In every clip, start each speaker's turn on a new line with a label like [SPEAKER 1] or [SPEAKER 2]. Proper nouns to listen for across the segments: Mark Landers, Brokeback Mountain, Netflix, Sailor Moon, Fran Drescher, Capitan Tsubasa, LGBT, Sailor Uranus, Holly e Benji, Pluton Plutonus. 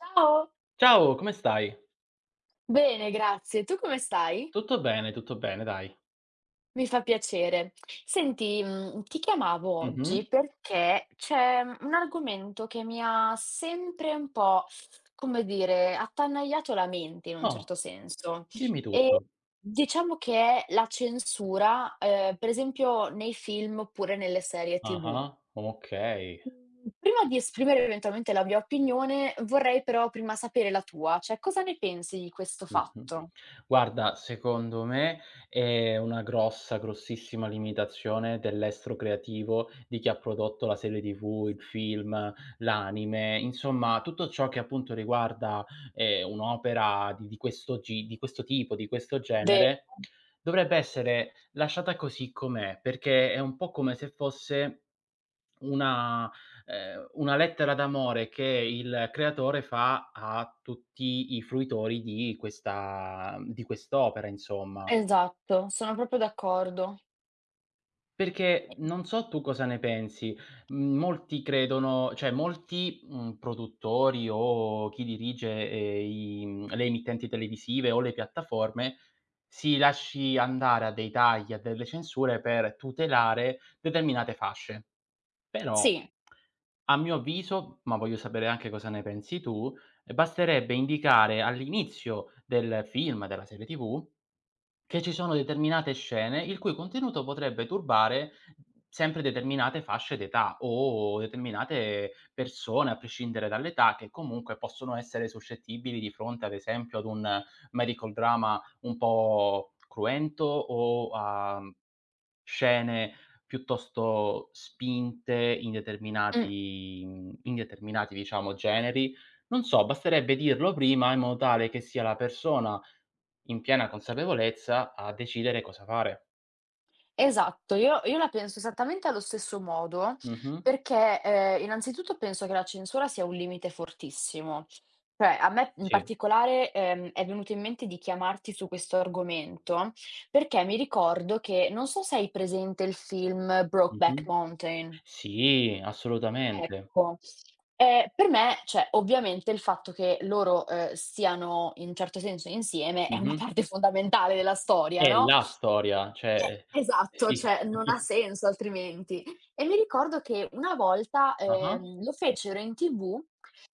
[SPEAKER 1] Ciao,
[SPEAKER 2] Ciao, come stai?
[SPEAKER 1] bene, grazie. Tu come stai?
[SPEAKER 2] Tutto bene, dai.
[SPEAKER 1] Mi fa piacere. Senti, ti chiamavo
[SPEAKER 2] Mh-mh.
[SPEAKER 1] oggi perché c'è un argomento che mi ha sempre un po', come dire, attanagliato la mente in un
[SPEAKER 2] Oh,
[SPEAKER 1] certo senso.
[SPEAKER 2] dimmi
[SPEAKER 1] E
[SPEAKER 2] tutto.
[SPEAKER 1] diciamo che è la censura, per esempio nei film oppure nelle serie TV.
[SPEAKER 2] Ah-ah, okay.
[SPEAKER 1] Mhmm, Prima di esprimere eventualmente la mia opinione, vorrei però prima sapere la tua, cioè cosa ne pensi di questo
[SPEAKER 2] Mh-mh.
[SPEAKER 1] fatto?
[SPEAKER 2] Guarda, secondo me è una grossa, grossissima limitazione dell'estro creativo di chi ha prodotto la serie TV, il film, l'anime, insomma tutto ciò che appunto riguarda, un'opera di questo gi di questo tipo, di questo
[SPEAKER 1] Ve
[SPEAKER 2] genere, dovrebbe essere lasciata così com'è, perché è un po' come se fosse una una lettera d'amore che il creatore fa a tutti i fruitori di quest'opera, insomma.
[SPEAKER 1] Esatto, sono proprio d'accordo.
[SPEAKER 2] Perché
[SPEAKER 1] E
[SPEAKER 2] non so tu cosa ne pensi, molti credono, cioè molti, produttori o chi dirige, le emittenti televisive o le piattaforme, si lasci andare a dei tagli, a delle censure per tutelare determinate fasce. Però,
[SPEAKER 1] Sì,
[SPEAKER 2] a mio avviso, ma voglio sapere anche cosa ne pensi tu, basterebbe indicare all'inizio del film, della serie TV che ci sono determinate scene il cui contenuto potrebbe turbare sempre determinate fasce d'età o determinate persone, a prescindere dall'età, che comunque possono essere suscettibili di fronte, ad esempio, ad un medical drama un po' cruento o a scene piuttosto spinte in
[SPEAKER 1] mh,
[SPEAKER 2] determinati mhmm, in determinati, diciamo, generi. Non so, basterebbe dirlo prima in modo tale che sia la persona in piena consapevolezza a decidere cosa fare.
[SPEAKER 1] esatto. Io la penso esattamente allo stesso modo
[SPEAKER 2] Mh-mh.
[SPEAKER 1] perché, innanzitutto penso che la censura sia un limite fortissimo. Cioè, a me in
[SPEAKER 2] Sì.
[SPEAKER 1] particolare, è venuto in mente di chiamarti su questo argomento perché mi ricordo che non so se hai presente il film Brokeback
[SPEAKER 2] Mh-mh.
[SPEAKER 1] Mountain.
[SPEAKER 2] Sì, assolutamente.
[SPEAKER 1] Ecco, per me, cioè, ovviamente il fatto che loro, siano in un certo senso insieme è una
[SPEAKER 2] Mh-mh.
[SPEAKER 1] parte fondamentale della storia,
[SPEAKER 2] È
[SPEAKER 1] no,
[SPEAKER 2] la storia, cioè
[SPEAKER 1] esatto,
[SPEAKER 2] sì.
[SPEAKER 1] cioè non ha senso altrimenti. E mi ricordo che una volta,
[SPEAKER 2] Ah-ah.
[SPEAKER 1] lo fecero in TV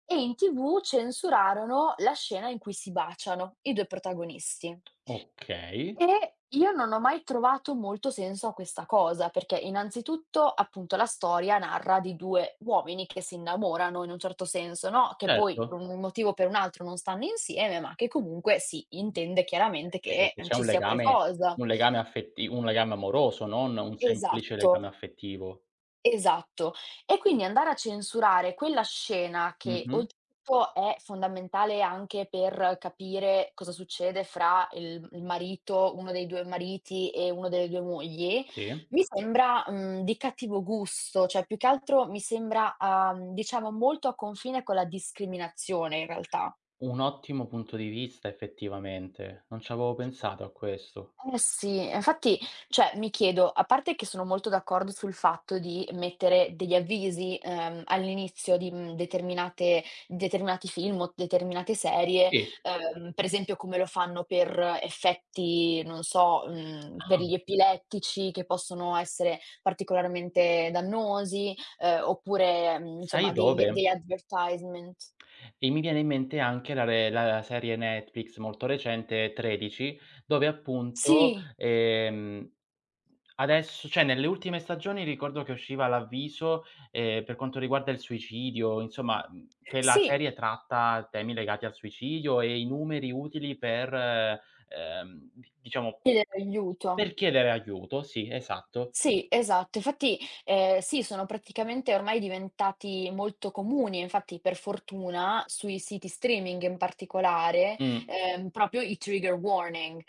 [SPEAKER 1] e in TV censurarono la scena in cui si baciano i 2 protagonisti.
[SPEAKER 2] Okay,
[SPEAKER 1] E io non ho mai trovato molto senso a questa cosa, perché innanzitutto, appunto, la storia narra di 2 uomini che si innamorano in un certo senso, no, che poi per
[SPEAKER 2] certo.
[SPEAKER 1] un motivo o per un altro non stanno insieme, ma che comunque si intende
[SPEAKER 2] Eh,
[SPEAKER 1] chiaramente
[SPEAKER 2] che
[SPEAKER 1] che,
[SPEAKER 2] che c'è
[SPEAKER 1] ci sia qualcosa.
[SPEAKER 2] un legame affetti un legame amoroso, non un semplice
[SPEAKER 1] Esatto.
[SPEAKER 2] legame affettivo.
[SPEAKER 1] Esatto. E quindi andare a censurare quella scena che
[SPEAKER 2] Mh-mh.
[SPEAKER 1] oltretutto è fondamentale anche per capire cosa succede fra il marito uno dei 2 mariti e uno delle 2 mogli,
[SPEAKER 2] Sì.
[SPEAKER 1] mi sembra, di cattivo gusto, cioè più che altro mi sembra, diciamo molto a confine con la discriminazione in realtà.
[SPEAKER 2] Un ottimo punto di vista effettivamente, non ci avevo pensato a questo.
[SPEAKER 1] Eh sì, e infatti cioè mi chiedo, a parte che sono molto d'accordo sul fatto di mettere degli avvisi, all'inizio di, mhmm, determinate determinati film o determinate serie,
[SPEAKER 2] Sì.
[SPEAKER 1] per esempio come lo fanno per effetti, non so,
[SPEAKER 2] Ah,
[SPEAKER 1] per gli epilettici che possono essere particolarmente dannosi, oppure,
[SPEAKER 2] sai
[SPEAKER 1] insomma degli
[SPEAKER 2] dove?
[SPEAKER 1] degli advertisement.
[SPEAKER 2] E mi viene in mente anche la serie Netflix molto recente, 13, dove appunto,
[SPEAKER 1] Sì,
[SPEAKER 2] adesso cioè nelle ultime stagioni ricordo che usciva l'avviso, per quanto riguarda il suicidio, insomma, che la
[SPEAKER 1] sì,
[SPEAKER 2] serie tratta temi legati al suicidio e i numeri utili per, ehm, di diciamo,
[SPEAKER 1] chiedere aiuto.
[SPEAKER 2] per chiedere aiuto, sì, esatto.
[SPEAKER 1] Sì, esatto. Infatti, sì, sono praticamente ormai diventati molto comuni, infatti per fortuna sui siti streaming in particolare,
[SPEAKER 2] Mh,
[SPEAKER 1] proprio i trigger warning.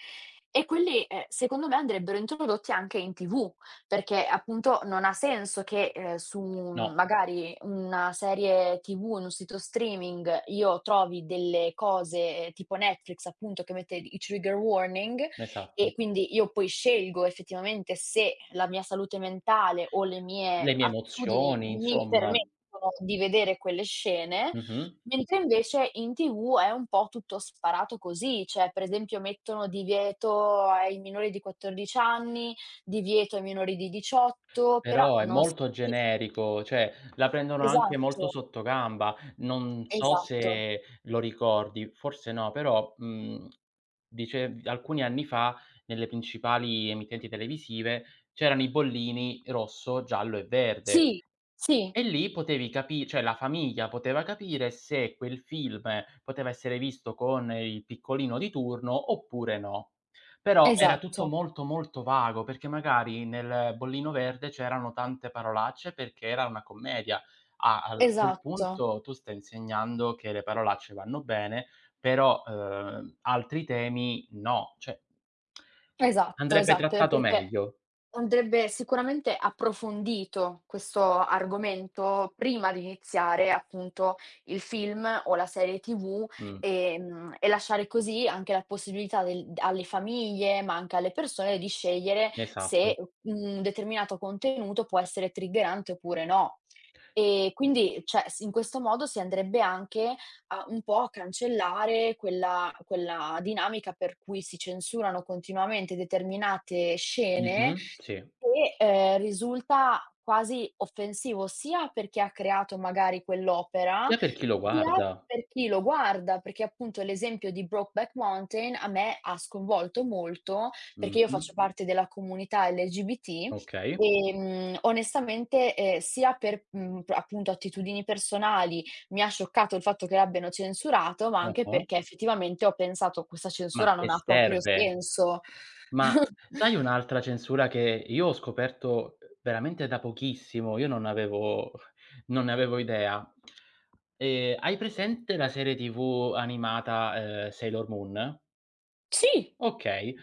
[SPEAKER 1] E quelli, secondo me andrebbero introdotti anche in TV, perché appunto non ha senso che, su
[SPEAKER 2] no,
[SPEAKER 1] magari una serie TV, in un sito streaming, io trovi delle cose tipo Netflix appunto che mette i trigger warning e
[SPEAKER 2] esatto.
[SPEAKER 1] quindi io poi scelgo effettivamente se la mia salute mentale o le
[SPEAKER 2] Le
[SPEAKER 1] mie
[SPEAKER 2] mie
[SPEAKER 1] attitudini
[SPEAKER 2] emozioni,
[SPEAKER 1] mi
[SPEAKER 2] insomma.
[SPEAKER 1] permettono di vedere quelle scene,
[SPEAKER 2] Mh-mh.
[SPEAKER 1] mentre invece in TV è un po' tutto sparato così, cioè per esempio mettono divieto ai minori di 14 anni, divieto ai minori di 18, però
[SPEAKER 2] Però è
[SPEAKER 1] non
[SPEAKER 2] molto
[SPEAKER 1] specifi
[SPEAKER 2] generico, cioè la prendono anche molto
[SPEAKER 1] esatto,
[SPEAKER 2] sottogamba. Non so
[SPEAKER 1] esatto.
[SPEAKER 2] se lo ricordi, forse no, però, dice alcuni anni fa nelle principali emittenti televisive c'erano i bollini rosso, giallo e verde.
[SPEAKER 1] Sì, sì,
[SPEAKER 2] E lì potevi capi cioè la famiglia poteva capire se quel film poteva essere visto con il piccolino di turno oppure no. Però era tutto
[SPEAKER 1] esatto,
[SPEAKER 2] molto, molto vago, perché magari nel bollino verde c'erano tante parolacce perché era una commedia. A quel
[SPEAKER 1] esatto.
[SPEAKER 2] punto tu stai insegnando che le parolacce vanno bene, però, altri temi no, cioè
[SPEAKER 1] Esatto,
[SPEAKER 2] andrebbe
[SPEAKER 1] esatto, e
[SPEAKER 2] trattato
[SPEAKER 1] perché
[SPEAKER 2] meglio.
[SPEAKER 1] andrebbe sicuramente approfondito questo argomento prima di iniziare, appunto, il film o la serie TV,
[SPEAKER 2] Mh,
[SPEAKER 1] e lasciare così anche la possibilità del alle famiglie, ma anche alle persone, di scegliere
[SPEAKER 2] esatto.
[SPEAKER 1] se un determinato contenuto può essere triggerante oppure no. E quindi, cioè, s in questo modo si andrebbe anche a un po' a cancellare quella dinamica per cui si censurano continuamente determinate
[SPEAKER 2] Mh-mh,
[SPEAKER 1] scene
[SPEAKER 2] sì.
[SPEAKER 1] e, risulta quasi offensivo sia per chi ha creato magari quell'opera,
[SPEAKER 2] Sia per chi lo
[SPEAKER 1] sia
[SPEAKER 2] guarda.
[SPEAKER 1] per chi lo guarda, perché appunto l'esempio di Brokeback Mountain a me ha sconvolto molto, perché io
[SPEAKER 2] Mh-mh.
[SPEAKER 1] faccio parte della comunità LGBT,
[SPEAKER 2] Okay.
[SPEAKER 1] onestamente, sia per, mhmm, p appunto attitudini personali mi ha scioccato il fatto che l'abbiano censurato, ma anche
[SPEAKER 2] Ah-ah.
[SPEAKER 1] perché effettivamente ho pensato: "Questa
[SPEAKER 2] Ma
[SPEAKER 1] censura
[SPEAKER 2] che
[SPEAKER 1] non ha proprio
[SPEAKER 2] serve?
[SPEAKER 1] senso."
[SPEAKER 2] Ma sai un'altra censura che io ho scoperto veramente da pochissimo, io non ne avevo idea. Hai presente la serie TV animata, Sailor Moon?
[SPEAKER 1] Sì,
[SPEAKER 2] Okay.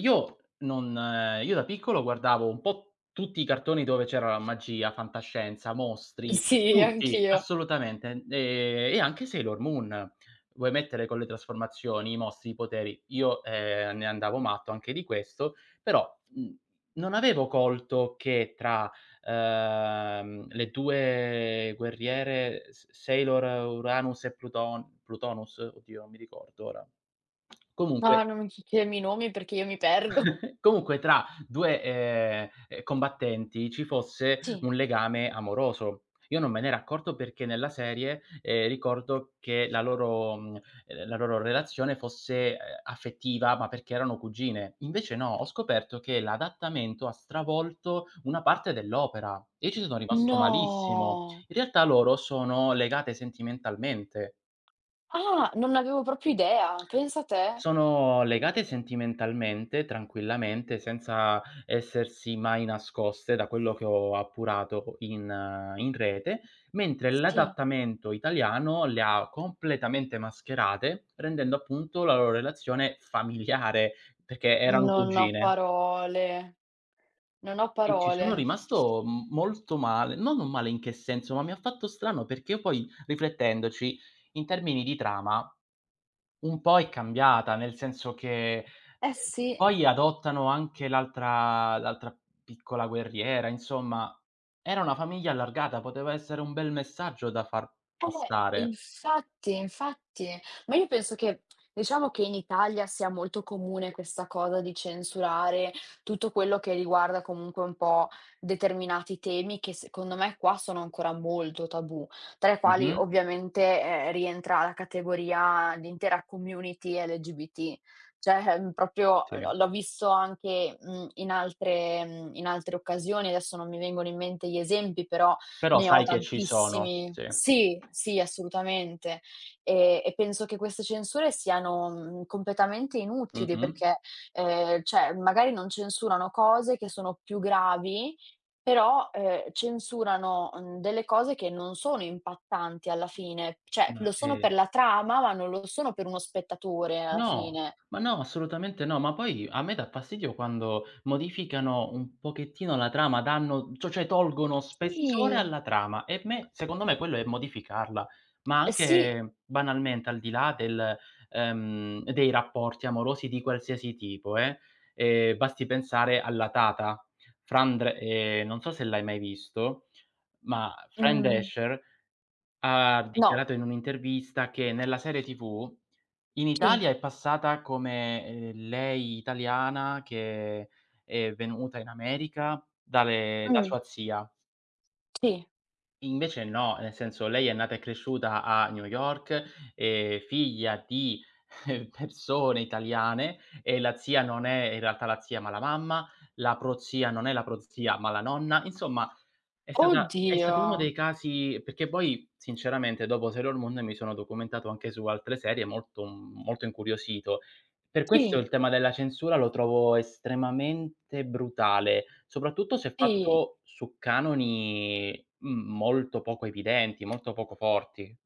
[SPEAKER 2] Io non io da piccolo guardavo un po' tutti i cartoni dove c'era la magia, fantascienza, mostri,
[SPEAKER 1] sì,
[SPEAKER 2] tutti,
[SPEAKER 1] anch'io.
[SPEAKER 2] assolutamente. E anche Sailor Moon. Vuoi mettere con le trasformazioni, i mostri, i poteri. Io, ne andavo matto anche di questo, però, non avevo colto che tra, le 2 guerriere S Sailor Uranus e Pluton Plutonus? Oddio, non mi ricordo ora. Comunque.
[SPEAKER 1] Ma non mi chiedermi i nomi perché io mi perdo.
[SPEAKER 2] Comunque tra 2, combattenti ci fosse
[SPEAKER 1] Sì.
[SPEAKER 2] un legame amoroso. Io non me n'ero accorto perché nella serie, ricordo che la loro relazione fosse, affettiva, ma perché erano cugine. Invece no, ho scoperto che l'adattamento ha stravolto una parte dell'opera e io ci sono rimasto malissimo.
[SPEAKER 1] No!
[SPEAKER 2] In realtà loro sono legate sentimentalmente.
[SPEAKER 1] Ah, non ne avevo proprio idea, pensa te.
[SPEAKER 2] Sono legate sentimentalmente, tranquillamente, senza essersi mai nascoste, da quello che ho appurato in rete, mentre
[SPEAKER 1] Sì.
[SPEAKER 2] l'adattamento italiano le ha completamente mascherate, rendendo appunto la loro relazione familiare, perché erano
[SPEAKER 1] Non ho
[SPEAKER 2] cugine.
[SPEAKER 1] parole, non ho
[SPEAKER 2] E ci
[SPEAKER 1] parole.
[SPEAKER 2] sono rimasto m molto male, no non male in che senso, ma mi ha fatto strano perché io poi riflettendoci, in termini di trama, un po' è cambiata, nel senso che,
[SPEAKER 1] Eh sì.
[SPEAKER 2] poi adottano anche l'altra piccola guerriera, insomma era una famiglia allargata, poteva essere un bel messaggio da far passare.
[SPEAKER 1] Infatti, infatti. Ma io penso che diciamo che in Italia sia molto comune questa cosa di censurare tutto quello che riguarda comunque un po' determinati temi che secondo me qua sono ancora molto tabù, tra i quali
[SPEAKER 2] Mh-mh,
[SPEAKER 1] ovviamente, rientra la categoria l'intera community LGBT. Cioè, proprio
[SPEAKER 2] sì.
[SPEAKER 1] l'ho visto anche, in altre occasioni, adesso non mi vengono in mente gli esempi, però
[SPEAKER 2] Però
[SPEAKER 1] ne ho
[SPEAKER 2] sai che ci sono,
[SPEAKER 1] tantissimi.
[SPEAKER 2] sì.
[SPEAKER 1] Sì, sì, assolutamente. E penso che queste censure siano, completamente inutili
[SPEAKER 2] Mh-mh.
[SPEAKER 1] perché, cioè magari non censurano cose che sono più gravi, però, censurano, delle cose che non sono impattanti alla fine. Cioè,
[SPEAKER 2] No,
[SPEAKER 1] lo sono
[SPEAKER 2] ehm
[SPEAKER 1] per la trama, ma non lo sono per uno spettatore alla
[SPEAKER 2] No,
[SPEAKER 1] fine.
[SPEAKER 2] ma no, assolutamente no. Ma poi a me dà fastidio quando modificano un pochettino la trama, danno cioè tolgono spessore
[SPEAKER 1] Sì,
[SPEAKER 2] alla trama e me secondo me quello è modificarla, ma
[SPEAKER 1] eh sì,
[SPEAKER 2] anche banalmente al di là del dei rapporti amorosi di qualsiasi tipo, basti pensare alla Tata, Fran Dre non so se l'hai mai visto, ma Fran
[SPEAKER 1] mhmm,
[SPEAKER 2] Drescher ha
[SPEAKER 1] no,
[SPEAKER 2] dichiarato in un'intervista che nella serie TV in
[SPEAKER 1] sì,
[SPEAKER 2] Italia è passata come, lei italiana che è venuta in America dalle da
[SPEAKER 1] mh,
[SPEAKER 2] sua zia.
[SPEAKER 1] sì.
[SPEAKER 2] Invece no, nel senso lei è nata e cresciuta a New York, è figlia di persone italiane e la zia non è in realtà la zia, ma la mamma, la prozia non è la prozia, ma la nonna. Insomma è stata è
[SPEAKER 1] Oddio!
[SPEAKER 2] stato uno dei casi perché poi sinceramente dopo Sailor Moon mi sono documentato anche su altre serie molto molto incuriosito. Per questo
[SPEAKER 1] Sì,
[SPEAKER 2] il tema della censura lo trovo estremamente brutale, soprattutto se
[SPEAKER 1] sì.
[SPEAKER 2] fatto su canoni, molto poco evidenti, molto poco forti.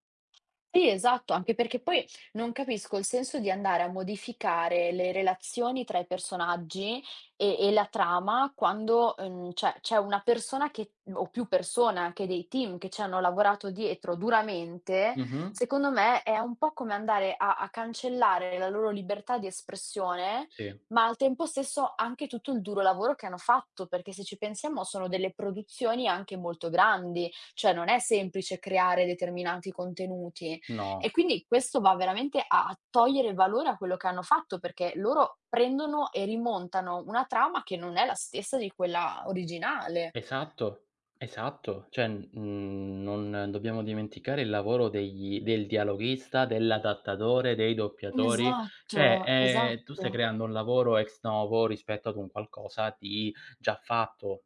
[SPEAKER 1] Sì, esatto, anche perché poi non capisco il senso di andare a modificare le relazioni tra i personaggi e la trama quando, cioè, c'è una persona che o più persone, anche dei team che ci hanno lavorato dietro duramente,
[SPEAKER 2] Mh-mh.
[SPEAKER 1] secondo me è un po' come andare a cancellare la loro libertà di espressione,
[SPEAKER 2] Sì.
[SPEAKER 1] ma al tempo stesso anche tutto il duro lavoro che hanno fatto, perché se ci pensiamo sono delle produzioni anche molto grandi, cioè non è semplice creare determinati contenuti. E
[SPEAKER 2] No.
[SPEAKER 1] quindi questo va veramente a togliere valore a quello che hanno fatto, perché loro prendono e rimontano una trama che non è la stessa di quella originale.
[SPEAKER 2] Esatto, esatto. Cioè, non dobbiamo dimenticare il lavoro degli del dialoghista, dell'adattatore, dei doppiatori.
[SPEAKER 1] Esatto,
[SPEAKER 2] Cioè, tu
[SPEAKER 1] esatto.
[SPEAKER 2] stai creando un lavoro ex novo rispetto ad un qualcosa di già fatto.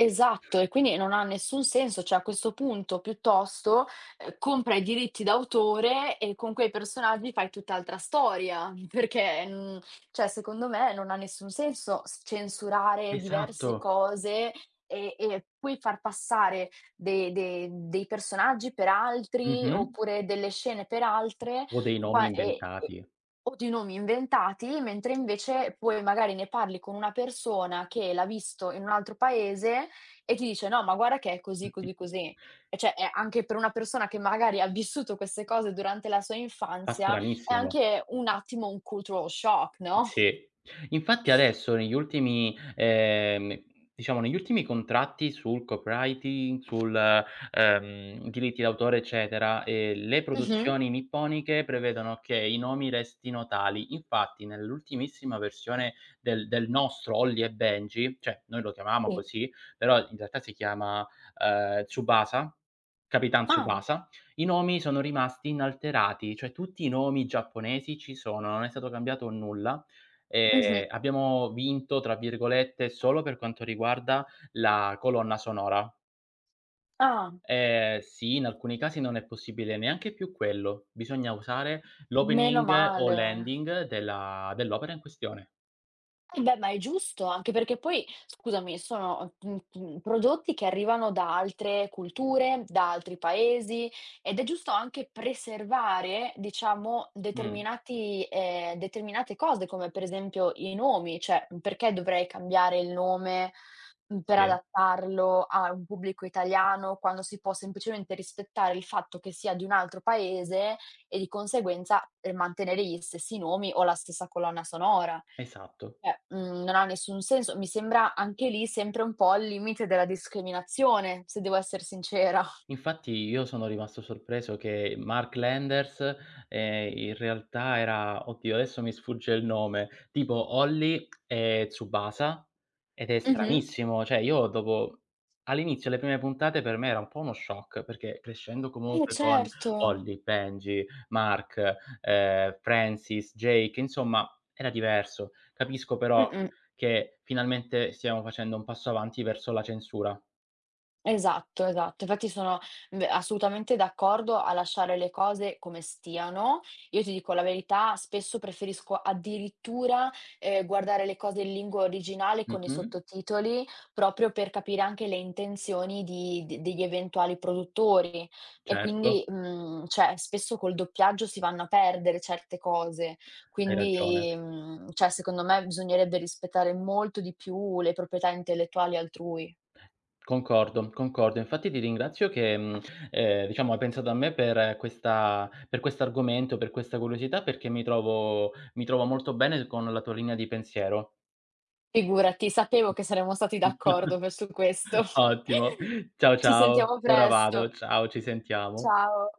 [SPEAKER 1] Esatto, e quindi non ha nessun senso, cioè a questo punto piuttosto, compra i diritti d'autore e con quei personaggi fai tutt'altra storia, perché, cioè secondo me non ha nessun senso s censurare
[SPEAKER 2] Esatto.
[SPEAKER 1] diverse cose e poi far passare de de dei personaggi per altri,
[SPEAKER 2] Mh-mh.
[SPEAKER 1] oppure delle scene per altre,
[SPEAKER 2] O dei nomi
[SPEAKER 1] qua e
[SPEAKER 2] inventati.
[SPEAKER 1] o di nomi inventati, mentre invece poi magari ne parli con una persona che l'ha visto in un altro paese e ti dice: "No, ma guarda che è così,
[SPEAKER 2] Mh-mh.
[SPEAKER 1] così, così". E cioè, è anche per una persona che magari ha vissuto queste cose durante la sua
[SPEAKER 2] Fa
[SPEAKER 1] infanzia, è
[SPEAKER 2] stranissimo.
[SPEAKER 1] anche un attimo un cultural shock, no?
[SPEAKER 2] Sì. Infatti adesso negli ultimi diciamo negli ultimi contratti sul copywriting, diritti d'autore, eccetera, le
[SPEAKER 1] Mh-mh.
[SPEAKER 2] produzioni nipponiche prevedono che i nomi restino tali. Infatti nell'ultimissima versione del nostro Holly e Benji, cioè noi lo chiamavamo
[SPEAKER 1] Sì.
[SPEAKER 2] così, però in realtà si chiama, Tsubasa, Capitan
[SPEAKER 1] Ah.
[SPEAKER 2] Tsubasa, i nomi sono rimasti inalterati, cioè tutti i nomi giapponesi ci sono, non è stato cambiato nulla.
[SPEAKER 1] Mh-mh.
[SPEAKER 2] Abbiamo "vinto" tra virgolette solo per quanto riguarda la colonna sonora.
[SPEAKER 1] Ah,
[SPEAKER 2] Sì, in alcuni casi non è possibile neanche più quello. Bisogna usare
[SPEAKER 1] meno
[SPEAKER 2] l'opening o
[SPEAKER 1] male.
[SPEAKER 2] l'ending della dell'opera in questione.
[SPEAKER 1] Eh beh, ma è giusto, anche perché poi, scusami, sono, prodotti che arrivano da altre culture, da altri paesi, ed è giusto anche preservare, diciamo,
[SPEAKER 2] Mh,
[SPEAKER 1] determinati determinate cose, come per esempio i nomi, cioè, perché dovrei cambiare il nome, per
[SPEAKER 2] sì,
[SPEAKER 1] adattarlo a un pubblico italiano, quando si può semplicemente rispettare il fatto che sia di un altro paese e di conseguenza, mantenere gli stessi nomi o la stessa colonna sonora.
[SPEAKER 2] esatto.
[SPEAKER 1] Cioè, non ha nessun senso. Mi sembra anche lì sempre un po' al limite della discriminazione, se devo esser sincera.
[SPEAKER 2] Infatti io sono rimasto sorpreso che Mark Landers, in realtà era oddio adesso mi sfugge il nome, tipo Holly e Tsubasa, ed è
[SPEAKER 1] Mh-mh.
[SPEAKER 2] stranissimo, cioè io dopo all'inizio le prime puntate per me era un po' uno shock, perché crescendo
[SPEAKER 1] Eh
[SPEAKER 2] comunque con
[SPEAKER 1] certo.
[SPEAKER 2] Holly, Benji, Mark, Francis, Jake, insomma era diverso. Capisco però
[SPEAKER 1] Mh-mh.
[SPEAKER 2] che finalmente stiamo facendo un passo avanti verso la censura.
[SPEAKER 1] Esatto, esatto. Infatti sono, assolutamente d'accordo a lasciare le cose come stiano. Io ti dico la verità, spesso preferisco addirittura, guardare le cose in lingua originale con i
[SPEAKER 2] Mh-mh,
[SPEAKER 1] sottotitoli, proprio per capire anche le intenzioni di de degli eventuali produttori. E
[SPEAKER 2] certo.
[SPEAKER 1] quindi, cioè spesso col doppiaggio si vanno a perdere certe cose.
[SPEAKER 2] Hai ragione.
[SPEAKER 1] Quindi, cioè secondo me bisognerebbe rispettare molto di più le proprietà intellettuali altrui.
[SPEAKER 2] Concordo, concordo. Infatti ti ringrazio che, diciamo hai pensato a me per questo argomento, per questa curiosità, perché mi trovo molto bene con la tua linea di pensiero.
[SPEAKER 1] Figurati, sapevo che saremmo stati d'accordo per su questo.
[SPEAKER 2] Ottimo. Ciao,
[SPEAKER 1] Ci
[SPEAKER 2] ciao.
[SPEAKER 1] sentiamo
[SPEAKER 2] Ora vado.
[SPEAKER 1] presto.
[SPEAKER 2] Ciao, ci sentiamo.
[SPEAKER 1] Ciao.